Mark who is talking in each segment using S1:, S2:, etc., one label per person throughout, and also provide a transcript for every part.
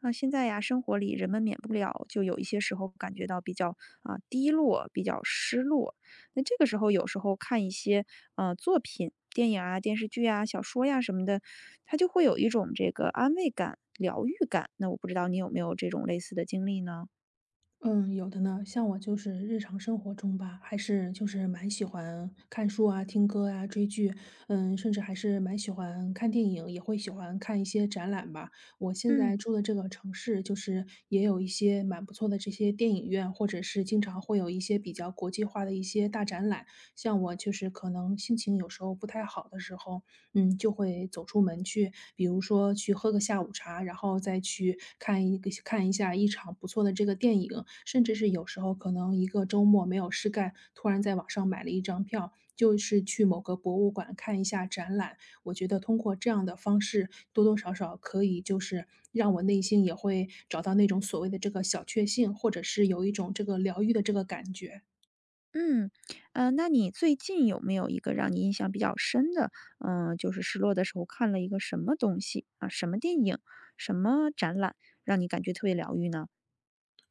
S1: 啊，现在呀，生活里人们免不了就有一些时候感觉到比较啊、低落，比较失落。那这个时候，有时候看一些作品、电影啊、电视剧啊、小说呀、什么的，它就会有一种这个安慰感、疗愈感。那我不知道你有没有这种类似的经历呢？
S2: 嗯，有的呢。像我就是日常生活中吧，还是就是蛮喜欢看书啊、听歌啊、追剧，甚至还是蛮喜欢看电影，也会喜欢看一些展览吧。我现在
S1: 嗯
S2: 住的这个城市，就是也有一些蛮不错的这些电影院，或者是经常会有一些比较国际化的一些大展览。像我就是可能心情有时候不太好的时候，就会走出门去，比如说去喝个下午茶，然后再去看一个看一下一场不错的这个电影，甚至是有时候可能一个周末没有事干，突然在网上买了一张票，就是去某个博物馆看一下展览。我觉得通过这样的方式，多多少少可以就是让我内心也会找到那种所谓的这个小确幸，或者是有一种这个疗愈的这个感觉。
S1: 嗯，那你最近有没有一个让你印象比较深的，就是失落的时候看了一个什么东西啊，什么电影，什么展览，让你感觉特别疗愈呢？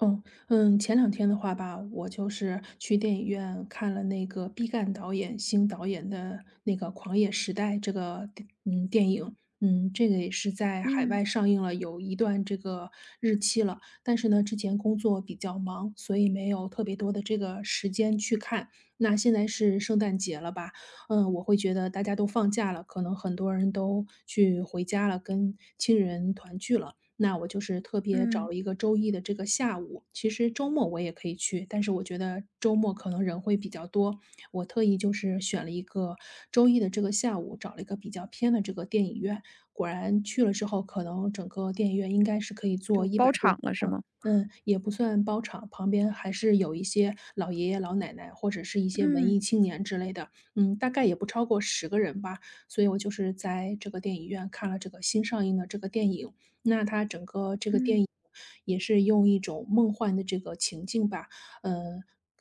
S2: 嗯嗯，前两天的话吧，我就是去电影院看了那个毕赣导演新导演的那个《狂野时代》这个电影，这个也是在海
S1: 嗯
S2: 外上映了有一段这个日期了，但是呢，之前工作比较忙，所以没有特别多的这个时间去看。那现在是圣诞节了吧？我会觉得大家都放假了，可能很多人都去回家了，跟亲人团聚了。那我就是特别找
S1: 嗯。
S2: 了一个周一的这个下午，其实周末我也可以去，但是我觉得周末可能人会比较多，我特意就是选了一个周一的这个下午，找了一个比较偏的这个电影院。果然去了之后，可能整个电影院应该是可以
S1: 就
S2: 坐一
S1: 包
S2: 百多
S1: 场了是吗？
S2: 嗯，也不算包场，旁边还是有一些老爷爷老奶奶，或者是一些文
S1: 嗯，
S2: 艺青年之类的。大概也不超过10个人吧。所以我就是在这个电影院看了这个新上映的这个电影。那它整个这个电
S1: 嗯，
S2: 影也是用一种梦幻的这个情境吧，呃，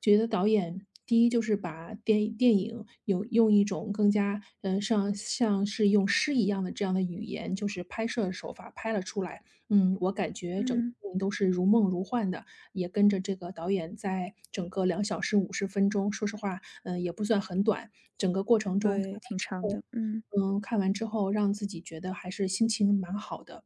S2: 觉得导演第一就是把电影有用一种更加，像是用诗一样的这样的语言，就是拍摄手法拍了出来。我感觉整个
S1: 嗯，
S2: 电影都是如梦如幻的，也跟着这个导演在整个2小时50分钟，说实话，也不算很短。整个过程中看
S1: 对，
S2: 完
S1: 挺
S2: 之
S1: 长
S2: 后。
S1: 的，嗯，
S2: 嗯，看完之后让自己觉得还是心情蛮好的。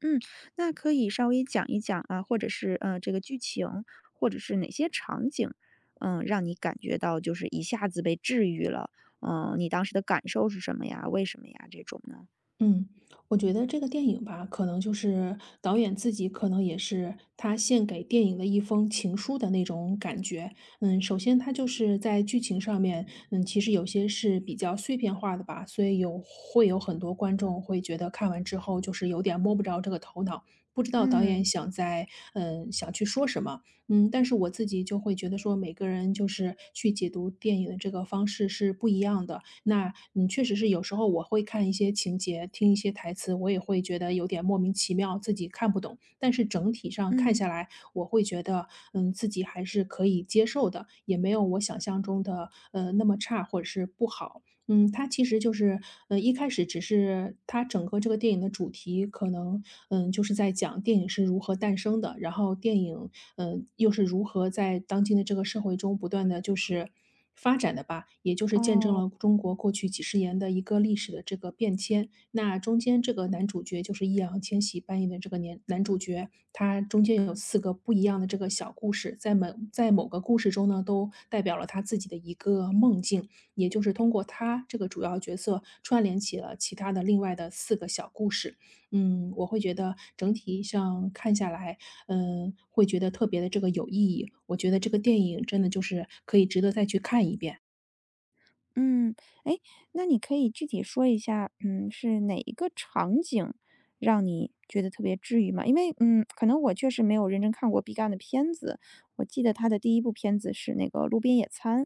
S1: 嗯。那可以稍微讲一讲啊，或者是，这个剧情，或者是哪些场景，让你感觉到就是一下子被治愈了，你当时的感受是什么呀？为什么呀？这种呢？
S2: 嗯，我觉得这个电影吧，可能就是导演自己可能也是他献给电影的一封情书的那种感觉。首先他就是在剧情上面，其实有些是比较碎片化的吧，所以有会有很多观众会觉得看完之后就是有点摸不着这个头脑，不知道导
S1: 嗯，
S2: 演想在想去说什么。但是我自己就会觉得说，每个人就是去解读电影的这个方式是不一样的。那确实是有时候我会看一些情节，听一些台词，我也会觉得有点莫名其妙，自己看不懂。但是整体上看
S1: 嗯，
S2: 下来，我会觉得，自己还是可以接受的，也没有我想象中的那么差或者是不好。它其实就是，一开始只是它整个这个电影的主题可能，就是在讲电影是如何诞生的，然后电影，又是如何在当今的这个社会中不断的就是发展的吧，也就是见证
S1: 哦。
S2: 了中国过去几十年的一个历史的这个变迁。那中间这个男主角就是易烊千玺扮演的这个年男主角，他中间有四个不一样的这个小故事，在某个故事中呢，都代表了他自己的一个梦境。也就是通过他这个主要角色串联起了其他的另外的四个小故事。我会觉得整体上看下来，会觉得特别的这个有意义，我觉得这个电影真的就是可以值得再去看一遍。
S1: 嗯，哎，那你可以具体说一下，是哪一个场景让你觉得特别治愈吗？因为，可能我确实没有认真看过毕赣的片子，我记得他的第一部片子是那个《路边野餐》，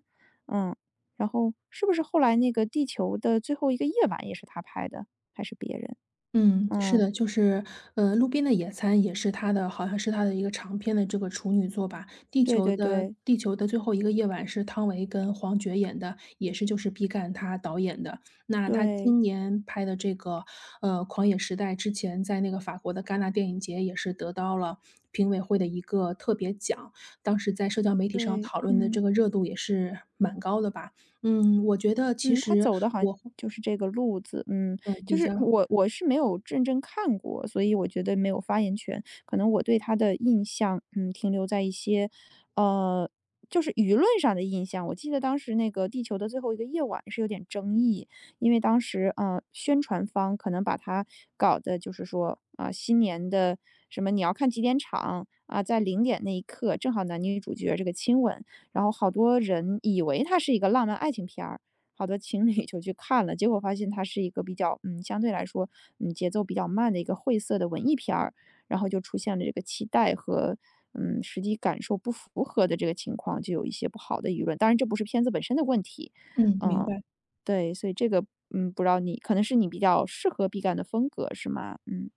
S1: 嗯，然后是不是后来那个《地球的最后一个夜晚》也是他拍的，还是别人？
S2: 嗯，是
S1: 嗯，
S2: 的，就是，路边的野餐也是他的好像是他的一个长篇的这个处女作吧。地
S1: 对
S2: 球
S1: 对
S2: 的
S1: 对
S2: 地球的最后一个夜晚是汤唯跟黄觉演的，也是就是毕赣他导演的。那他
S1: 对
S2: 今年拍的这个，狂野时代》之前在那个法国的戛纳电影节也是得到了评委会的一个特别奖，当时在社交媒体上
S1: 对，
S2: 讨论的
S1: 嗯。
S2: 这个热度也是蛮高的吧。我觉得其
S1: 嗯，他
S2: 实
S1: 走的好像
S2: 我。
S1: 就是这个路子，就
S2: 比
S1: 是
S2: 较。
S1: 我是没有认真看过，所以我觉得没有发言权。可能我对他的印象，停留在一些，呃，就是舆论上的印象。我记得当时那个《地球的最后一个夜晚》是有点争议，因为当时，宣传方可能把它搞的就是说，新年的什么你要看几点场啊，在零点那一刻正好男女主角这个亲吻，然后好多人以为它是一个浪漫爱情片儿。好多情侣就去看了，结果发现它是一个比较，相对来说，节奏比较慢的一个晦涩的文艺片儿，然后就出现了这个期待和，实际感受不符合的这个情况，就有一些不好的舆论。当然这不是片子本身的问题，
S2: 嗯，明
S1: 嗯，
S2: 白。
S1: 对，所以这个，不知道你可能是你比较适合毕赣的风格是吗？嗯，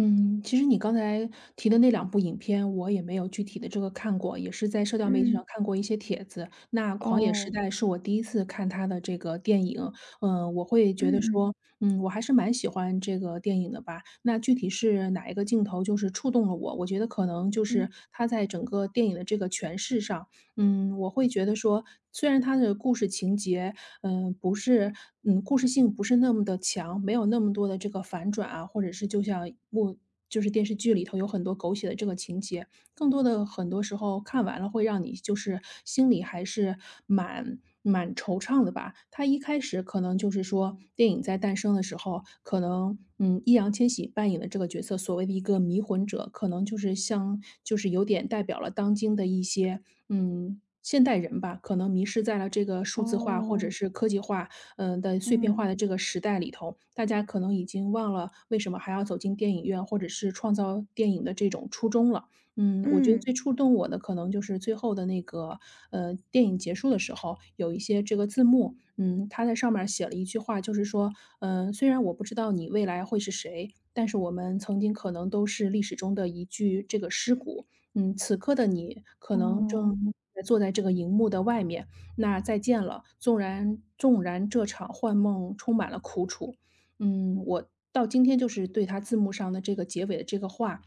S2: 嗯，其实你刚才提的那两部影片，我也没有具体的这个看过，也是在社交媒体上
S1: 嗯，
S2: 看过一些帖子。那《狂野时
S1: 哦，
S2: 代》是我第一次看他的这个电影，我会觉
S1: 嗯
S2: 得
S1: 嗯
S2: 说，我还是蛮喜欢这个电影的吧。那具体是哪一个镜头就是触动了我？我觉得可能就
S1: 嗯，
S2: 是他在整个电影的这个诠释上，我会觉得说，虽然他的故事情节不是故事性不是那么的强，没有那么多的这个反转啊，或者是就像目就是电视剧里头有很多狗血的这个情节，更多的很多时候看完了会让你就是心里还是蛮惆怅的吧。他一开始可能就是说电影在诞生的时候，可能，易烊千玺扮演的这个角色，所谓的一个迷魂者，可能就是像就是有点代表了当今的一些现代人吧，可能迷失在了这个数字化或者
S1: 哦，
S2: 是科技化，碎片
S1: 嗯，
S2: 化的这个时代里头，大家可能已经忘了为什么还要走进电影院，或者是创造电影的这种初衷了。我觉得
S1: 嗯，
S2: 最触动我的可能就是最后的那个，电影结束的时候有一些这个字幕，它在上面儿写了一句话，就是说，虽然我不知道你未来会是谁，但是我们曾经可能都是历史中的一具这个尸骨。此刻的你可能
S1: 哦，
S2: 正坐在这个荧幕的外面，那再见了。纵然这场幻梦充满了苦楚，我到今天就是对它字幕上的这个结尾的这个话，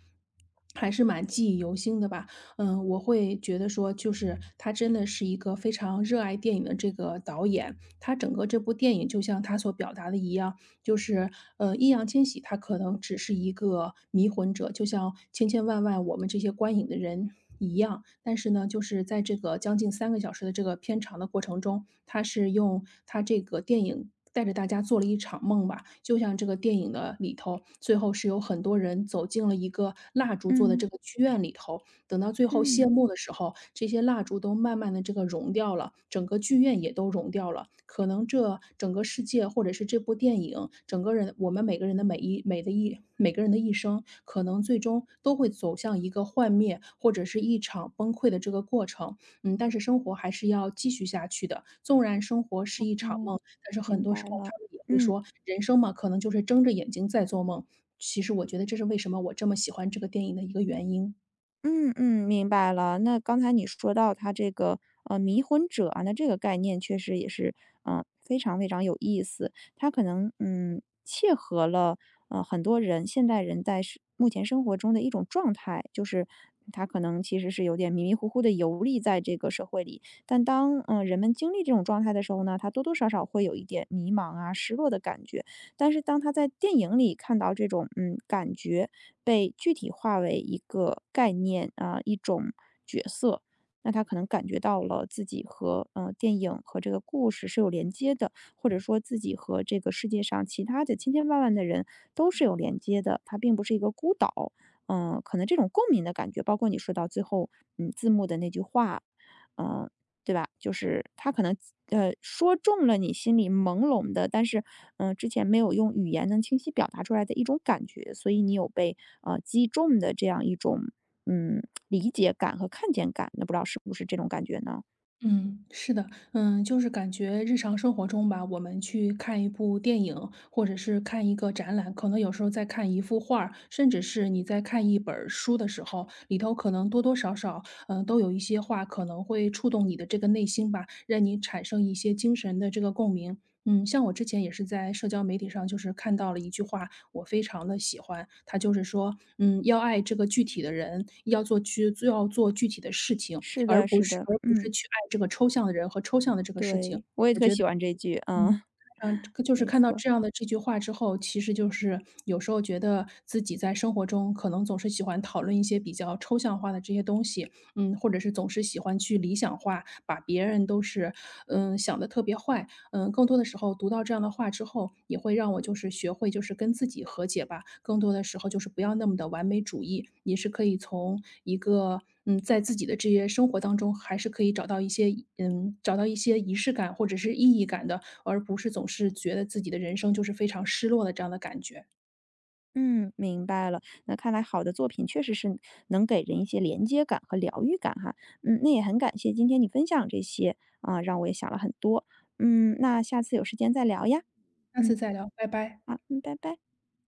S2: 还是蛮记忆犹新的吧。我会觉得说，就是他真的是一个非常热爱电影的这个导演，他整个这部电影就像他所表达的一样，就是，易烊千玺他可能只是一个迷魂者，就像千千万万我们这些观影的人一样。但是呢，就是在这个将近3个小时的这个片长的过程中，他是用他这个电影带着大家做了一场梦吧。就像这个电影的里头，最后是有很多人走进了一个蜡烛做的
S1: 嗯，
S2: 这个剧院里头，等到最后谢
S1: 嗯，
S2: 幕的时候，这些蜡烛都慢慢的这个融掉了，整个剧院也都融掉了。可能这整个世界或者是这部电影，整个人我们每个人的一生，可能最终都会走向一个幻灭，或者是一场崩溃的这个过程。但是生活还是要继续下去的。纵然生活是一场
S1: 哦，
S2: 梦，但是很
S1: 明
S2: 多
S1: 白
S2: 时候他
S1: 了，
S2: 们也会
S1: 嗯。
S2: 说，人生嘛，可能就是睁着眼睛在做梦。其实我觉得这是为什么我这么喜欢这个电影的一个原因。
S1: 嗯嗯，明白了。那刚才你说到他这个迷魂者啊，那这个概念确实也是非常非常有意思。他可能切合了很多人现代人在是目前生活中的一种状态，就是他可能其实是有点迷迷糊糊的游历在这个社会里。但当人们经历这种状态的时候呢，他多多少少会有一点迷茫啊、失落的感觉。但是当他在电影里看到这种感觉被具体化为一个概念啊、一种角色，那他可能感觉到了自己和电影和这个故事是有连接的，或者说自己和这个世界上其他的千千万万的人都是有连接的，他并不是一个孤岛。可能这种共鸣的感觉，包括你说到最后，字幕的那句话，嗯、对吧？就是他可能说中了你心里朦胧的，但是之前没有用语言能清晰表达出来的一种感觉，所以你有被击中的这样一种嗯理解感和看见感。那不知道是不是这种感觉呢？
S2: 嗯，是的，就是感觉日常生活中吧，我们去看一部电影，或者是看一个展览，可能有时候在看一幅画儿甚至是你在看一本儿书的时候，里头可能多多少少，都有一些话可能会触动你的这个内心吧，让你产生一些精神的这个共鸣。像我之前也是在社交媒体上，就是看到了一句话，我非常的喜欢，它就是说，要爱这个具体的人，要做具体的事情，
S1: 是
S2: 而
S1: 的，
S2: 不
S1: 是
S2: 是
S1: 的，
S2: 而不是
S1: 嗯，
S2: 去爱这个抽象的人和抽象的这个事情。
S1: 对，我也
S2: 我
S1: 特
S2: 觉得
S1: 喜欢这句，
S2: 嗯，
S1: 嗯，
S2: 就是
S1: 没
S2: 看到
S1: 错。
S2: 这样的这句话之后，其实就是有时候觉得自己在生活中可能总是喜欢讨论一些比较抽象化的这些东西，或者是总是喜欢去理想化，把别人都是想的特别坏，更多的时候读到这样的话之后，也会让我就是学会就是跟自己和解吧，更多的时候就是不要那么的完美主义，也是可以从一个在自己的这些生活当中，还是可以找到一些找到一些仪式感或者是意义感的，而不是总是觉得自己的人生就是非常失落的这样的感觉。
S1: 嗯，明白了。那看来好的作品确实是能给人一些连接感和疗愈感哈。嗯，那也很感谢今天你分享这些啊，让我也想了很多。嗯，那下次有时间再聊呀。
S2: 下次
S1: 嗯，
S2: 再聊，拜拜。
S1: 好，嗯，拜拜。